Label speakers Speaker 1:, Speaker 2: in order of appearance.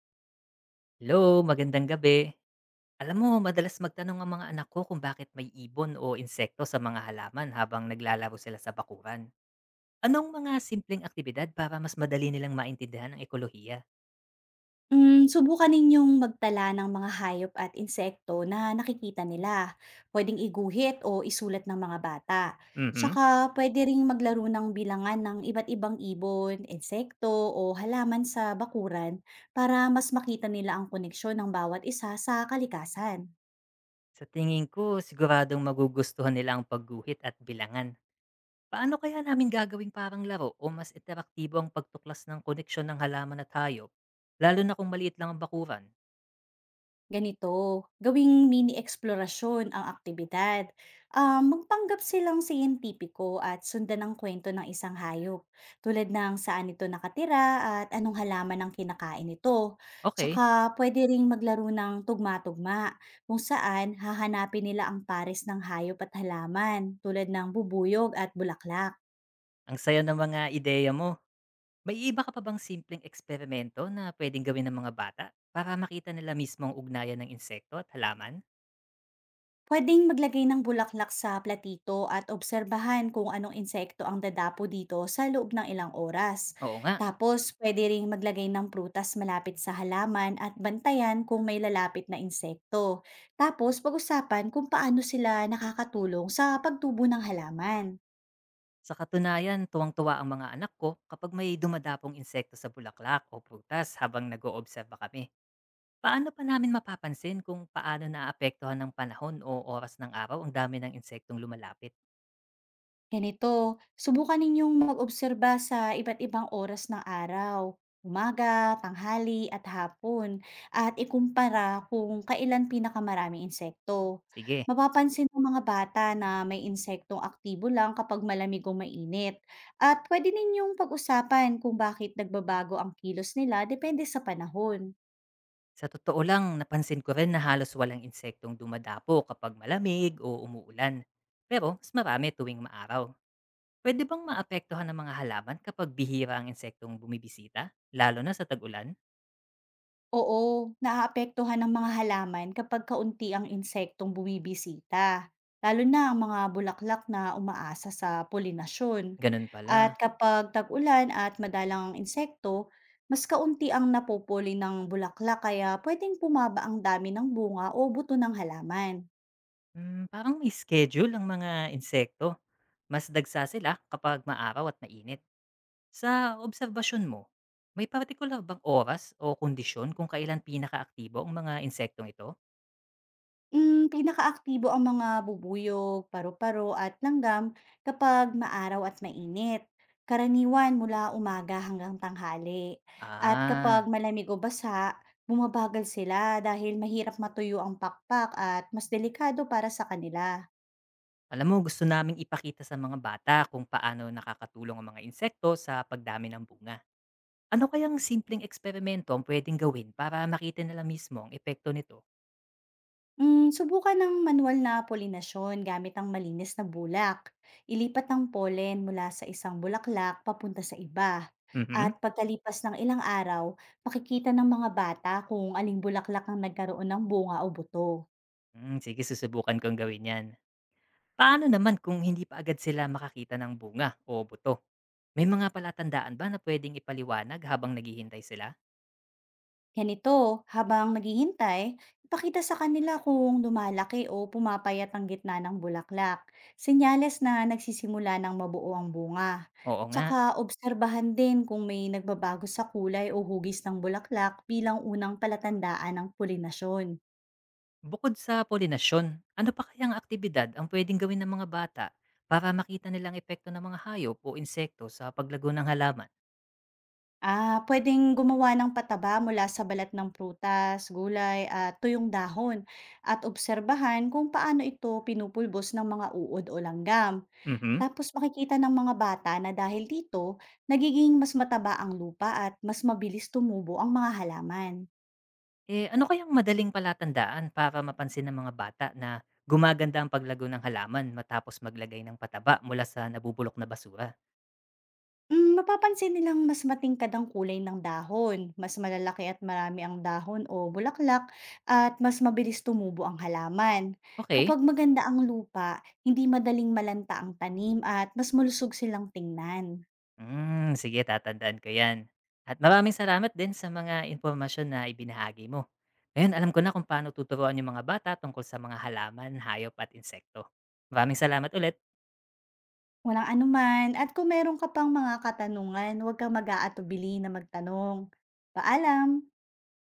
Speaker 1: Hello, magandang gabi. Alam mo, madalas magtanong ang mga anak ko kung bakit may ibon o insekto sa mga halaman habang naglalaro sila sa bakuran. Anong mga simpleng aktibidad para mas madali nilang maintindihan ang ekolohiya?
Speaker 2: Hmm, subukan ninyong magtala ng mga hayop at insekto na nakikita nila. Pwedeng iguhit o isulat ng mga bata.
Speaker 1: Mhm.
Speaker 2: Tsaka pwede ring maglaro ng bilangan ng iba't ibang ibon, insekto o halaman sa bakuran para mas makita nila ang koneksyon ng bawat isa sa kalikasan.
Speaker 1: Sa tingin ko, siguradong magugustuhan nila ang pagguhit at bilangan. Paano kaya namin gagawing parang laro o mas interaktibo ang pagtuklas ng koneksyon ng halaman at hayop? Lalo na kung maliit lang ang bakuran.
Speaker 2: Ganito, gawing mini-eksplorasyon ang aktibidad. Ah, magpanggap silang siyentipiko at sundan ang kwento ng isang hayop, tulad ng saan ito nakatira at anong halaman ang kinakain nito.
Speaker 1: Okay,
Speaker 2: Tsaka pwede ring maglaro ng tugma-tugma, kung saan hahanapin nila ang pares ng hayop at halaman, tulad ng bubuyog at bulaklak.
Speaker 1: ang saya ng mga ideya mo. May iba ka pa bang simpleng eksperimento na pwedeng gawin ng mga bata para makita nila mismo ang ugnayan ng insekto at halaman?
Speaker 2: Puwedeng maglagay ng bulaklak sa platito at obserbahan kung anong insekto ang dadapo dito sa loob ng ilang oras.
Speaker 1: Oo nga,
Speaker 2: Tapos, pwede ring maglagay ng prutas malapit sa halaman at bantayan kung may lalapit na insekto. Tapos, pag-usapan kung paano sila nakakatulong sa pagtubo ng halaman.
Speaker 1: sa katunayan tuwang-tuwa ang mga anak ko kapag may dumadapong insekto sa bulaklak o prutas habang nag-oobserba kami. Paano pa namin mapapansin kung paano naaapektuhan ng panahon o oras ng araw ang dami ng insektong lumalapit?
Speaker 2: Ganito, subukan ninyong mag-obserba sa iba't ibang oras ng araw, umaga, tanghali, at hapon, at ikumpara kung kailan pinakamarami insekto.
Speaker 1: Sige,
Speaker 2: Mapapansin ng mga bata na may insektong aktibo lang kapag malamig o mainit. At pwede ninyong pag-usapan kung bakit nagbabago ang kilos nila depende sa panahon.
Speaker 1: sa totoo lang napansin ko rin na halos walang insektong dumadapo kapag malamig o umuulan. Pero mas marami tuwing maaraw. Pwede bang maapektuhan ng mga halaman kapag bihira ang insektong bumibisita? Lalo na sa tag-ulan?
Speaker 2: Oo, naaapektuhan ng mga halaman kapag kaunti ang insektong bumibisita, lalo na ang mga bulaklak na umaasa sa polinasyon.
Speaker 1: Ganun
Speaker 2: At
Speaker 1: pala.
Speaker 2: kapag tag-ulan at madalang ang insekto, mas kaunti ang napupuli ng bulaklak kaya pwedeng pumaba ang dami ng bunga o buto ng halaman.
Speaker 1: Hmm, parang may schedule ang mga insekto. Mas dagsa sila kapag maaraw at mainit. Sa obserbasyon mo, may particular bang oras o kondisyon kung kailan pinakaaktibo ang mga insektong ito?
Speaker 2: Hmm, pinakaaktibo ang mga bubuyog, paru-paro at langgam kapag maaraw at mainit. Karaniwan mula umaga hanggang tanghali. At kapag
Speaker 1: Ah,
Speaker 2: malamig o basa, bumabagal sila dahil mahirap matuyo ang pakpak at mas delikado para sa kanila.
Speaker 1: alam mo gusto naming ipakita sa mga bata kung paano nakakatulong ang mga insekto sa pagdami ng bunga. Ano kayang simpleng eksperimento ang puwedeng gawin para makita nila mismo ang epekto nito?
Speaker 2: Hmm, subukan ng manual na polinasyon gamit ang malinis na bulak. Ilipat ang pollen mula sa isang bulaklak papunta sa iba. At
Speaker 1: Mhm.
Speaker 2: pagkalipas ng ilang araw, makikita ng mga bata kung aling bulaklak ang nagkaroon ng bunga o buto.
Speaker 1: Hmm, sige susubukan kong gawin 'yan. Paano naman kung hindi pa agad sila makakita ng bunga o buto? May mga palatandaan ba na pwedeng ipaliwanag habang naghihintay sila?
Speaker 2: Ganito, habang naghihintay, ipakita sa kanila kung lumalaki o pumapayat ang gitna ng bulaklak. Senyales na nagsisimula ng mabuo ang bunga.
Speaker 1: Oo nga.
Speaker 2: Tsaka obserbahan din kung may nagbabago sa kulay o hugis ng bulaklak bilang unang palatandaan ng pulinasyon.
Speaker 1: Bukod sa polinasyon, ano pa kayang aktibidad ang pwedeng gawin ng mga bata para makita nilang epekto ng mga hayop o insekto sa paglago ng halaman?
Speaker 2: Ah, pwedeng gumawa ng pataba mula sa balat ng prutas, gulay at tuyong dahon at obserbahan kung paano ito pinupulbos ng mga uod o langgam.
Speaker 1: Mhm.
Speaker 2: Tapos makikita ng mga bata na dahil dito, nagiging mas mataba ang lupa at mas mabilis tumubo ang mga halaman.
Speaker 1: Eh, ano kayang madaling palatandaan para mapansin ng mga bata na gumaganda ang paglago ng halaman matapos maglagay ng pataba mula sa nabubulok na basura?
Speaker 2: Mm, mapapansin nilang mas matingkad ang kulay ng dahon, mas malalaki at marami ang dahon o bulaklak, at mas mabilis tumubo ang halaman.
Speaker 1: Okay.
Speaker 2: Kapag maganda ang lupa, hindi madaling malanta ang tanim at mas malusog silang tingnan.
Speaker 1: Hmm, sige tatandaan ko 'yan. At maraming salamat din sa mga impormasyon na ibinahagi mo. Ngayon alam ko na kung paano tuturuan yung mga bata tungkol sa mga halaman, hayop at insekto. Maraming salamat ulit.
Speaker 2: Walang anuman, at kung meron ka pang mga katanungan, huwag kang mag-aatubili na magtanong. Paalam!